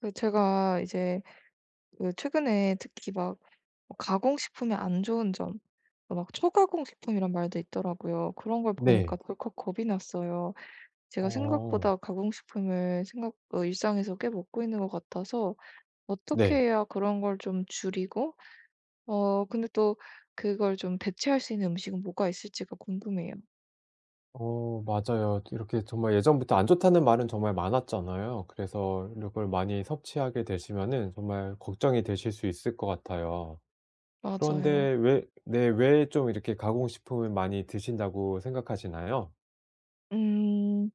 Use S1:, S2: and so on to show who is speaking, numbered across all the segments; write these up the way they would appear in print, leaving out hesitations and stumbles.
S1: 제가 이제 최근에 특히 막 뭐 가공식품의 안 좋은 점, 막 초가공식품이란 말도 있더라고요. 그런 걸 보니까
S2: 네.
S1: 덜컥 겁이 났어요. 제가
S2: 어
S1: 생각보다 가공식품을 일상에서 꽤 먹고 있는 것 같아서 어떻게
S2: 네.
S1: 해야 그런 걸 좀 줄이고, 근데 또 그걸 좀 대체할 수 있는 음식은 뭐가 있을지가 궁금해요.
S2: 어 맞아요. 이렇게 정말 예전부터 안 좋다는 말은 정말 많았잖아요. 그래서 이걸 많이 섭취하게 되시면은 정말 걱정이 되실 수 있을 것 같아요. 그런데
S1: 맞아요.
S2: 왜 네, 왜 좀 이렇게 가공식품을 많이 드신다고 생각하시나요?
S1: 음,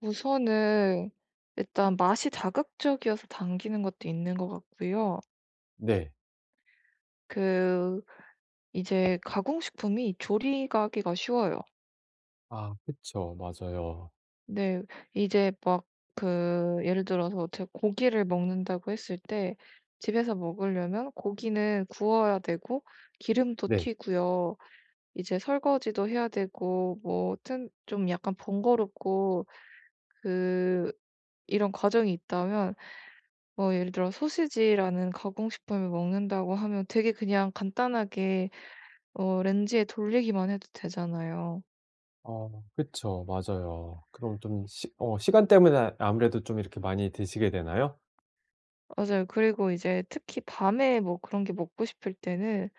S1: 우선은 일단 맛이 자극적이어서 당기는 것도 있는 것 같고요.
S2: 네.
S1: 그 이제 가공식품이 조리하기가 쉬워요.
S2: 아 그쵸. 맞아요.
S1: 근데 이제 막 예를 들어서 제가 고기를 먹는다고 했을 때, 집에서 먹으려면 고기는 구워야 되고 기름도
S2: 네.
S1: 튀고요. 이제 설거지도 해야 되고 뭐 튼 좀 약간 번거롭고, 그 이런 과정이 있다면, 뭐 예를 들어 소시지라는 가공식품을 먹는다고 하면 되게 그냥 간단하게 렌지에 돌리기만 해도 되잖아요.
S2: 그쵸. 맞아요. 그럼 좀 시 어 시간 때문에 아, 아무래도 좀 이렇게 많이 드시게 되나요?
S1: 맞아요. 그리고 이제 특히 밤에 뭐 그런 게 먹고 싶을 때는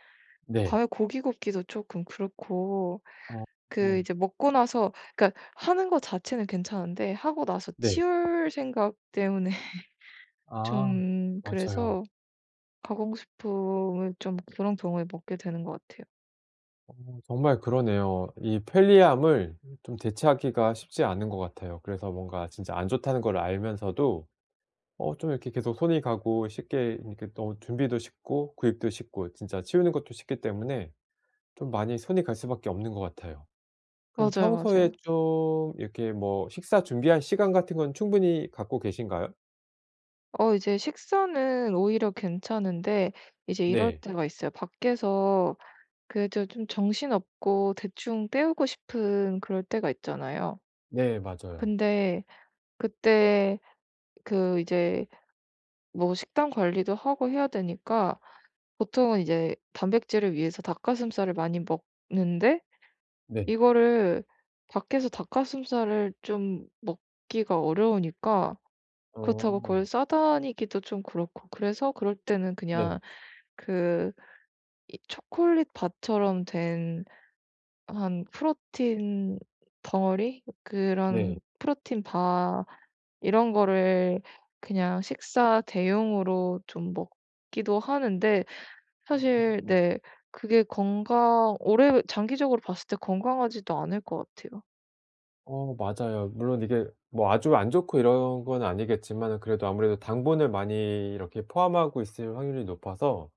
S2: 네.
S1: 밤에 고기 굽기도 조금 그렇고,
S2: 어 어
S1: 이제 먹고 나서, 그러니까 하는 거 자체는 괜찮은데 하고 나서
S2: 네.
S1: 치울 생각 때문에
S2: 아
S1: 좀
S2: 맞아요.
S1: 그래서 가공식품을 좀 그런 경우에 먹게 되는 것 같아요.
S2: 정말 그러네요. 이 편리함을 좀 대체하기가 쉽지 않은 것 같아요. 그래서 뭔가 진짜 안 좋다는 걸 알면서도 좀 이렇게 계속 손이 가고 쉽게 이렇게 너무 준비도 쉽고 구입도 쉽고 진짜 치우는 것도 쉽기 때문에 좀 많이 손이 갈 수밖에 없는 것 같아요. 그럼
S1: 맞아요,
S2: 평소에
S1: 맞아요.
S2: 좀 이렇게 뭐 식사 준비할 시간 같은 건 충분히 갖고 계신가요?
S1: 이제 식사는 오히려 괜찮은데, 이제 이럴
S2: 네.
S1: 때가 있어요. 밖에서 그저 좀 정신없고 대충 때우고 싶은 그럴 때가 있잖아요.
S2: 네 맞아요.
S1: 근데 그때 이제 뭐 식단 관리도 하고 해야 되니까 보통은 이제 단백질을 위해서 닭가슴살을 많이 먹는데,
S2: 네.
S1: 이거를 밖에서 닭가슴살을 좀 먹기가 어려우니까, 그렇다고
S2: 어.
S1: 그걸 싸다니기도 좀 그렇고, 그래서 그럴 때는
S2: 네.
S1: 그냥 그 이 초콜릿 바처럼 된 한 프로틴 덩어리, 그런
S2: 네.
S1: 프로틴 바 이런 거를 그냥 식사 대용으로 좀 먹기도 하는데, 사실
S2: 음.
S1: 네, 그게 건강 오래 장기적으로 봤을 때 건강하지도 않을 것 같아요.
S2: 맞아요. 물론 이게 뭐 아주 안 좋고 이런 건 아니겠지만 그래도 아무래도 당분을 많이 이렇게 포함하고 있을 확률이 높아서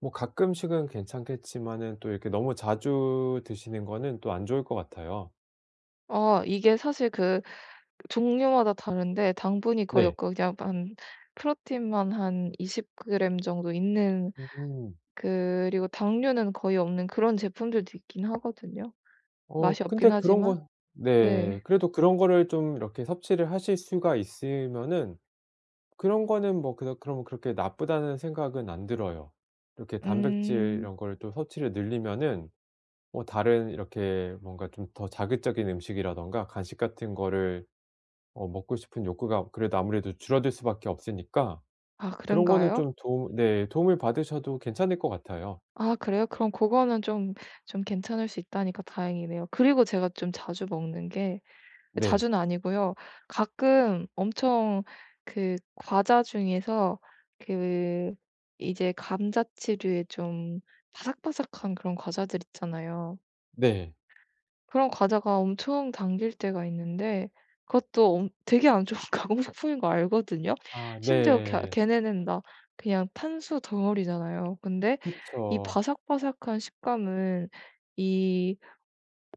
S2: 뭐 가끔씩은 괜찮겠지만은 또 이렇게 너무 자주 드시는 거는 또 안 좋을 것 같아요.
S1: 아, 이게 사실 종류마다 다른데 당분이 거의
S2: 네.
S1: 없고 그냥 한 프로틴만 한 20그램 정도 있는,
S2: 음.
S1: 그리고 당류는 거의 없는 그런 제품들도 있긴 하거든요. 맛이
S2: 근데
S1: 없긴
S2: 그런
S1: 하지만.
S2: 건 네.
S1: 네.
S2: 그래도 그런 거를 좀 이렇게 섭취를 하실 수가 있으면은 그런 거는 뭐 그럼 그렇게 나쁘다는 생각은 안 들어요. 이렇게 단백질
S1: 음.
S2: 이런 거를 또 섭취를 늘리면은 다른 이렇게 뭔가 좀 더 자극적인 음식이라든가 간식 같은 거를 먹고 싶은 욕구가 그래도 아무래도 줄어들 수밖에 없으니까
S1: 아,
S2: 그런 거는
S1: 그런가요?
S2: 좀 도움 네, 도움을 받으셔도 괜찮을 것 같아요.
S1: 아, 그래요? 그럼 그거는 좀 괜찮을 수 있다니까 다행이네요. 그리고 제가 좀 자주 먹는 게,
S2: 네.
S1: 자주는 아니고요, 가끔 엄청, 과자 중에서 그 이제 감자치류의 좀 바삭바삭한 그런 과자들 있잖아요.
S2: 네.
S1: 그런 과자가 엄청 당길 때가 있는데 그것도 엄 되게 안 좋은 가공식품인 거 알거든요.
S2: 아
S1: 심지어 걔
S2: 네.
S1: 걔네는 다 그냥 탄수 덩어리잖아요. 근데 이
S2: 그쵸.
S1: 바삭바삭한 식감은 이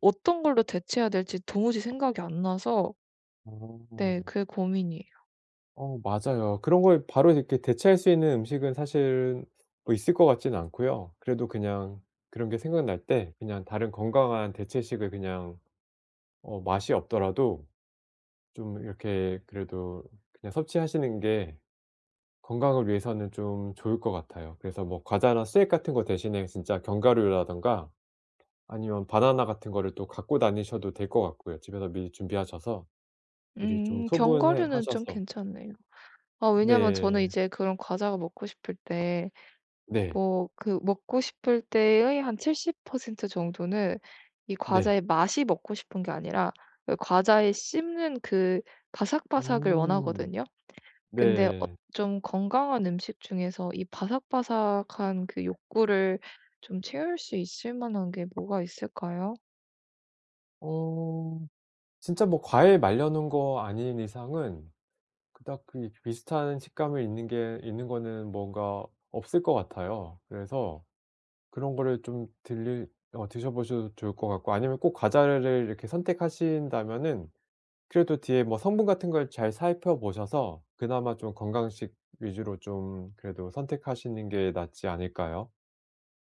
S1: 어떤 걸로 대체해야 될지 도무지 생각이 안 나서. 네,
S2: 어.
S1: 그게 고민이에요.
S2: 맞아요. 그런 걸 바로 이렇게 대체할 수 있는 음식은 사실은 뭐 있을 것 같지는 않고요. 그래도 그냥 그런 게 생각날 때 그냥 다른 건강한 대체식을 그냥 맛이 없더라도 좀 이렇게 그래도 그냥 섭취하시는 게 건강을 위해서는 좀 좋을 것 같아요. 그래서 뭐 과자나 스낵 같은 거 대신에 진짜 견과류라든가 아니면 바나나 같은 거를 또 갖고 다니셔도 될 것 같고요. 집에서 미리 준비하셔서 미리 좀 소분해
S1: 견과류는 좀
S2: 하셔서
S1: 괜찮네요. 아, 왜냐면 저는
S2: 네.
S1: 이제 그런 과자가 먹고 싶을 때,
S2: 네.
S1: 뭐 먹고 싶을 때의 한 70% 정도는 이
S2: 네.
S1: 과자의 맛이 먹고 싶은 게 아니라 그 과자에 씹는 바삭바삭을
S2: 음.
S1: 원하거든요. 근데
S2: 네.
S1: 좀 건강한 음식 중에서 이 바삭바삭한 그 욕구를 좀 채울 수 있을 만한 게 뭐가 있을까요?
S2: 어 진짜 뭐 과일 말려 놓은 거 아닌 이상은 그닥 비슷한 식감을 있는 게 있는 거는 뭔가 없을 것 같아요. 그래서 그런 거를 좀 들리 어 드셔 보셔도 좋을 것 같고 아니면 꼭 과자를 이렇게 선택하신다면은 그래도 뒤에 뭐 성분 같은 걸 잘 살펴 보셔서 그나마 좀 건강식 위주로 좀 그래도 선택하시는 게 낫지 않을까요?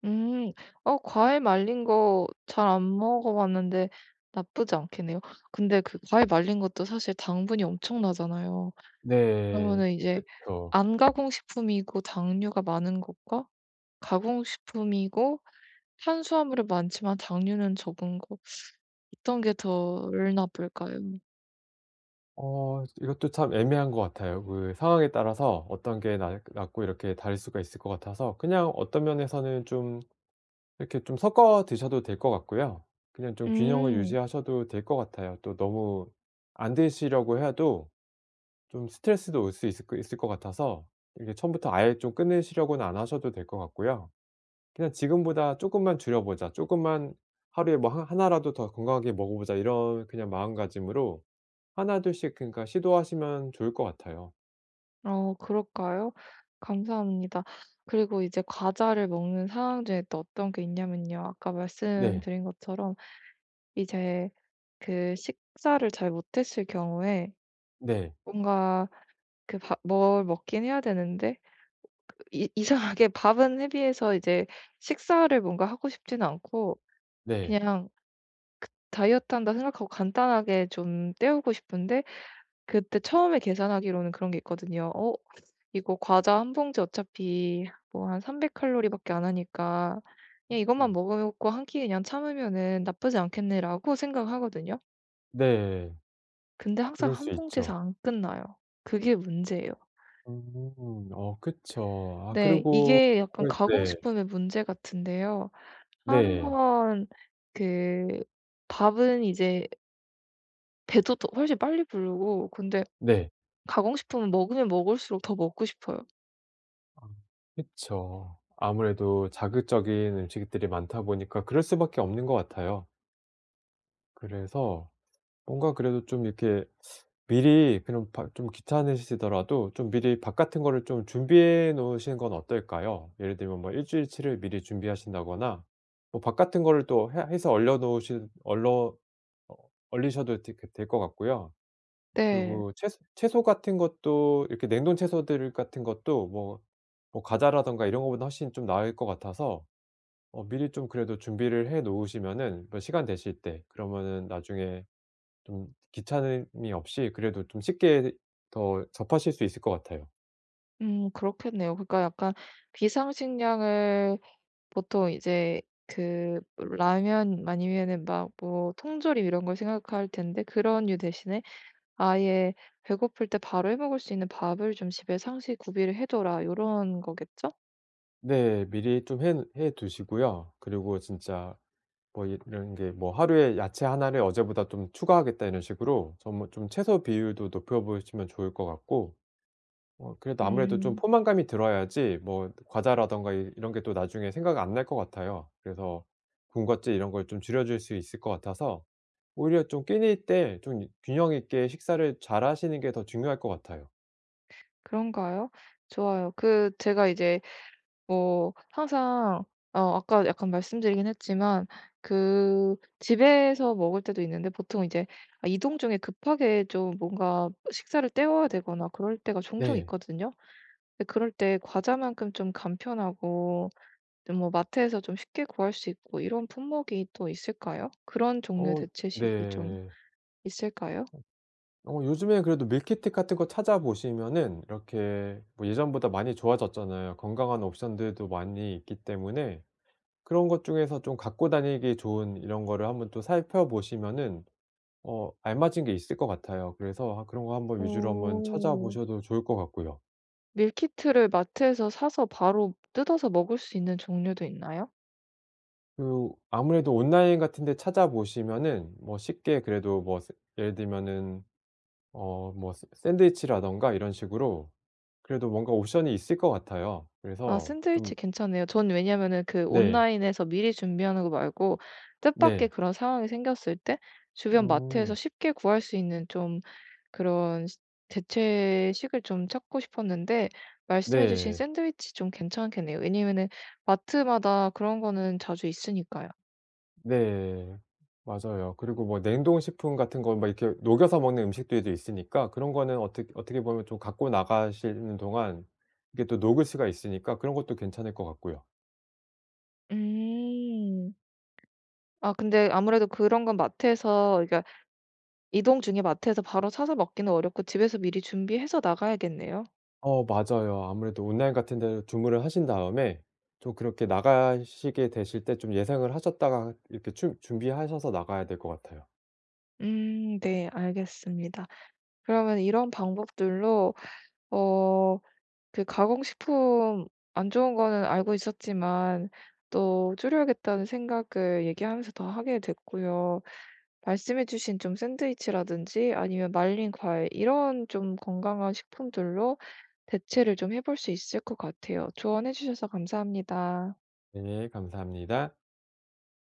S1: 음. 과일 말린 거 잘 안 먹어 봤는데 나쁘지 않겠네요. 근데 그 과일 말린 것도 사실 당분이 엄청나잖아요.
S2: 네.
S1: 그러면은 이제
S2: 그쵸.
S1: 안 가공식품이고 당류가 많은 것과, 가공식품이고 탄수화물이 많지만 당류는 적은 거, 어떤 게 덜 나쁠까요?
S2: 이것도 참 애매한 것 같아요. 그 상황에 따라서 어떤 게 낫 낫고 이렇게 다를 수가 있을 것 같아서 그냥 어떤 면에서는 좀 이렇게 좀 섞어 드셔도 될 것 같고요. 그냥 좀 균형을
S1: 음.
S2: 유지하셔도 될 것 같아요. 또 너무 안 드시려고 해도 좀 스트레스도 올 수 있을 것 같아서 이게 처음부터 아예 좀 끊으시려고는 안 하셔도 될 것 같고요. 그냥 '지금보다 조금만 줄여 보자. 조금만 하루에 뭐 하 하나라도 더 건강하게 먹어 보자.' 이런 그냥 마음가짐으로 하나둘씩 그러니까 시도하시면 좋을 것 같아요.
S1: 그럴까요? 감사합니다. 그리고 이제 과자를 먹는 상황 중에 또 어떤 게 있냐면요, 아까
S2: 네.
S1: 말씀드린 것처럼 이제 식사를 잘 못했을 경우에
S2: 네.
S1: 뭔가 그 밥 뭘 먹긴 해야 되는데, 이 이상하게 밥은 헤비해서, 이제 식사를 뭔가 하고 싶지는 않고
S2: 네.
S1: 그냥 다이어트한다 생각하고 간단하게 좀 때우고 싶은데, 그때 처음에 계산하기로는 그런 게 있거든요. "어, 이거 과자 한 봉지 어차피 뭐 한 300칼로리 밖에 안 하니까 그냥 이것만
S2: 음
S1: 먹고 한 끼 그냥 참으면은 나쁘지 않겠네."라고 생각하거든요.
S2: 네.
S1: 근데 항상
S2: 그럴 수
S1: 한
S2: 있죠.
S1: 봉지에서 안 끝나요. 그게 문제예요.
S2: 음. 그쵸. 아
S1: 네,
S2: 그리고
S1: 이게 약간
S2: 아무래도 네.
S1: 가공식품의 문제 같은데요. 한
S2: 네.
S1: 번 그 밥은 이제 배도 더 훨씬 빨리 부르고, 근데
S2: 네.
S1: 가공식품은 먹으면 먹을수록 더 먹고 싶어요.
S2: 아 그쵸. 아무래도 자극적인 음식들이 많다 보니까 그럴 수밖에 없는 것 같아요. 그래서 뭔가 그래도 좀 이렇게 미리 그럼 바 좀 귀찮으시더라도 좀 미리 밥 같은 거를 좀 준비해 놓으시는 건 어떨까요? 예를 들면 뭐 일 주일치를 미리 준비하신다거나 뭐 밥 같은 거를 또 해 해서 얼려 놓으시 얼러 어 얼리셔도 되게 될 것 같고요.
S1: 네.
S2: 그리고 채소 같은 것도 이렇게 냉동 채소들 같은 것도 뭐 과자라든가 이런 거보다 훨씬 좀 나을 것 같아서 미리 좀 그래도 준비를 해 놓으시면은 뭐 시간 되실 때 그러면은 나중에 좀 귀찮음이 없이 그래도 좀 쉽게 더 접하실 수 있을 것 같아요.
S1: 그렇겠네요. 그러니까 약간 비상식량을 보통 이제 라면 아니면은 막 뭐 통조림 이런 걸 생각할 텐데, 그런 류 대신에 아예 배고플 때 바로 해 먹을 수 있는 밥을 좀 집에 상시 구비를 해 둬라, 요런 거겠죠?
S2: 네. 미리 좀 해 두시고요. 그리고 진짜 뭐 이런 게 뭐 하루에 '야채 하나를 어제보다 좀 추가하겠다.' 이런 식으로 정말 좀 채소 비율도 높여 보시면 좋을 것 같고 그래도 아무래도 좀
S1: 음
S2: 포만감이 들어야지 뭐 과자라든가 이 이런 게 또 나중에 생각 안 날 것 같아요. 그래서 군것질 이런 걸 좀 줄여줄 수 있을 것 같아서 오히려 좀 끼니일 때 좀 균형 있게 식사를 잘하시는 게 더 중요할 것 같아요.
S1: 그런가요? 좋아요. 제가 이제 뭐 항상, 아까 약간 말씀드리긴 했지만, 집에서 먹을 때도 있는데 보통 이제, 아, 이동 중에 급하게 좀 뭔가 식사를 때워야 되거나 그럴 때가 종종
S2: 네.
S1: 있거든요. 근데 그럴 때 과자만큼 좀 간편하고 좀뭐 마트에서 좀 쉽게 구할 수 있고 이런 품목이 또 있을까요? 그런 종류의
S2: 어
S1: 대체식이 좀
S2: 네.
S1: 있을까요?
S2: 요즘에 그래도 밀키트 같은 거 찾아보시면은 이렇게 뭐 예전보다 많이 좋아졌잖아요. 건강한 옵션들도 많이 있기 때문에 그런 것 중에서 좀 갖고 다니기 좋은 이런 거를 한번 또 살펴보시면은 알맞은 게 있을 것 같아요. 그래서 아 그런 거 한번 위주로 한번
S1: 오,
S2: 찾아보셔도 좋을 것 같고요.
S1: 밀키트를 마트에서 사서 바로 뜯어서 먹을 수 있는 종류도 있나요?
S2: 아무래도 온라인 같은 데 찾아보시면은 뭐 쉽게 그래도 뭐 샌 예를 들면은 뭐 샌 샌드위치라든가 이런 식으로 그래도 뭔가 옵션이 있을 것 같아요.
S1: 아,
S2: 그래서
S1: 샌드위치
S2: 좀
S1: 괜찮네요. 전 왜냐면은 그
S2: 네.
S1: 온라인에서 미리 준비하는 거 말고 뜻밖의
S2: 네.
S1: 그런 상황이 생겼을 때 주변 마트에서
S2: 음.
S1: 쉽게 구할 수 있는 좀 그런 시 대체식을 좀 찾고 싶었는데, 말씀해 주신
S2: 네.
S1: 샌드위치 좀 괜찮겠네요. 왜냐면은 마트마다 그런 거는 자주 있으니까요.
S2: 네. 맞아요. 그리고 뭐 냉동식품 같은 거 막 이렇게 녹여서 먹는 음식들도 있으니까 그런 거는 어떻게 보면 좀 갖고 나가시는 동안 이게 또 녹을 수가 있으니까 그런 것도 괜찮을 것 같고요.
S1: 음. 아, 근데 아무래도 그런 건 마트에서, 그러니까 이동 중에 마트에서 바로 사서 먹기는 어렵고 집에서 미리 준비해서 나가야겠네요.
S2: 맞아요. 아무래도 온라인 같은 데서 주문을 하신 다음에 좀 그렇게 나가시게 되실 때 좀 예상을 하셨다가 이렇게 준 준비하셔서 나가야 될 것 같아요.
S1: 음 네, 알겠습니다. 그러면 이런 방법들로, 어 가공식품 안 좋은 거는 알고 있었지만 또 줄여야겠다는 생각을 얘기하면서 더 하게 됐고요. 말씀해 주신 좀 샌드위치라든지 아니면 말린 과일 이런 좀 건강한 식품들로 대체를 좀 해볼 수 있을 것 같아요. 조언해 주셔서 감사합니다.
S2: 네. 감사합니다.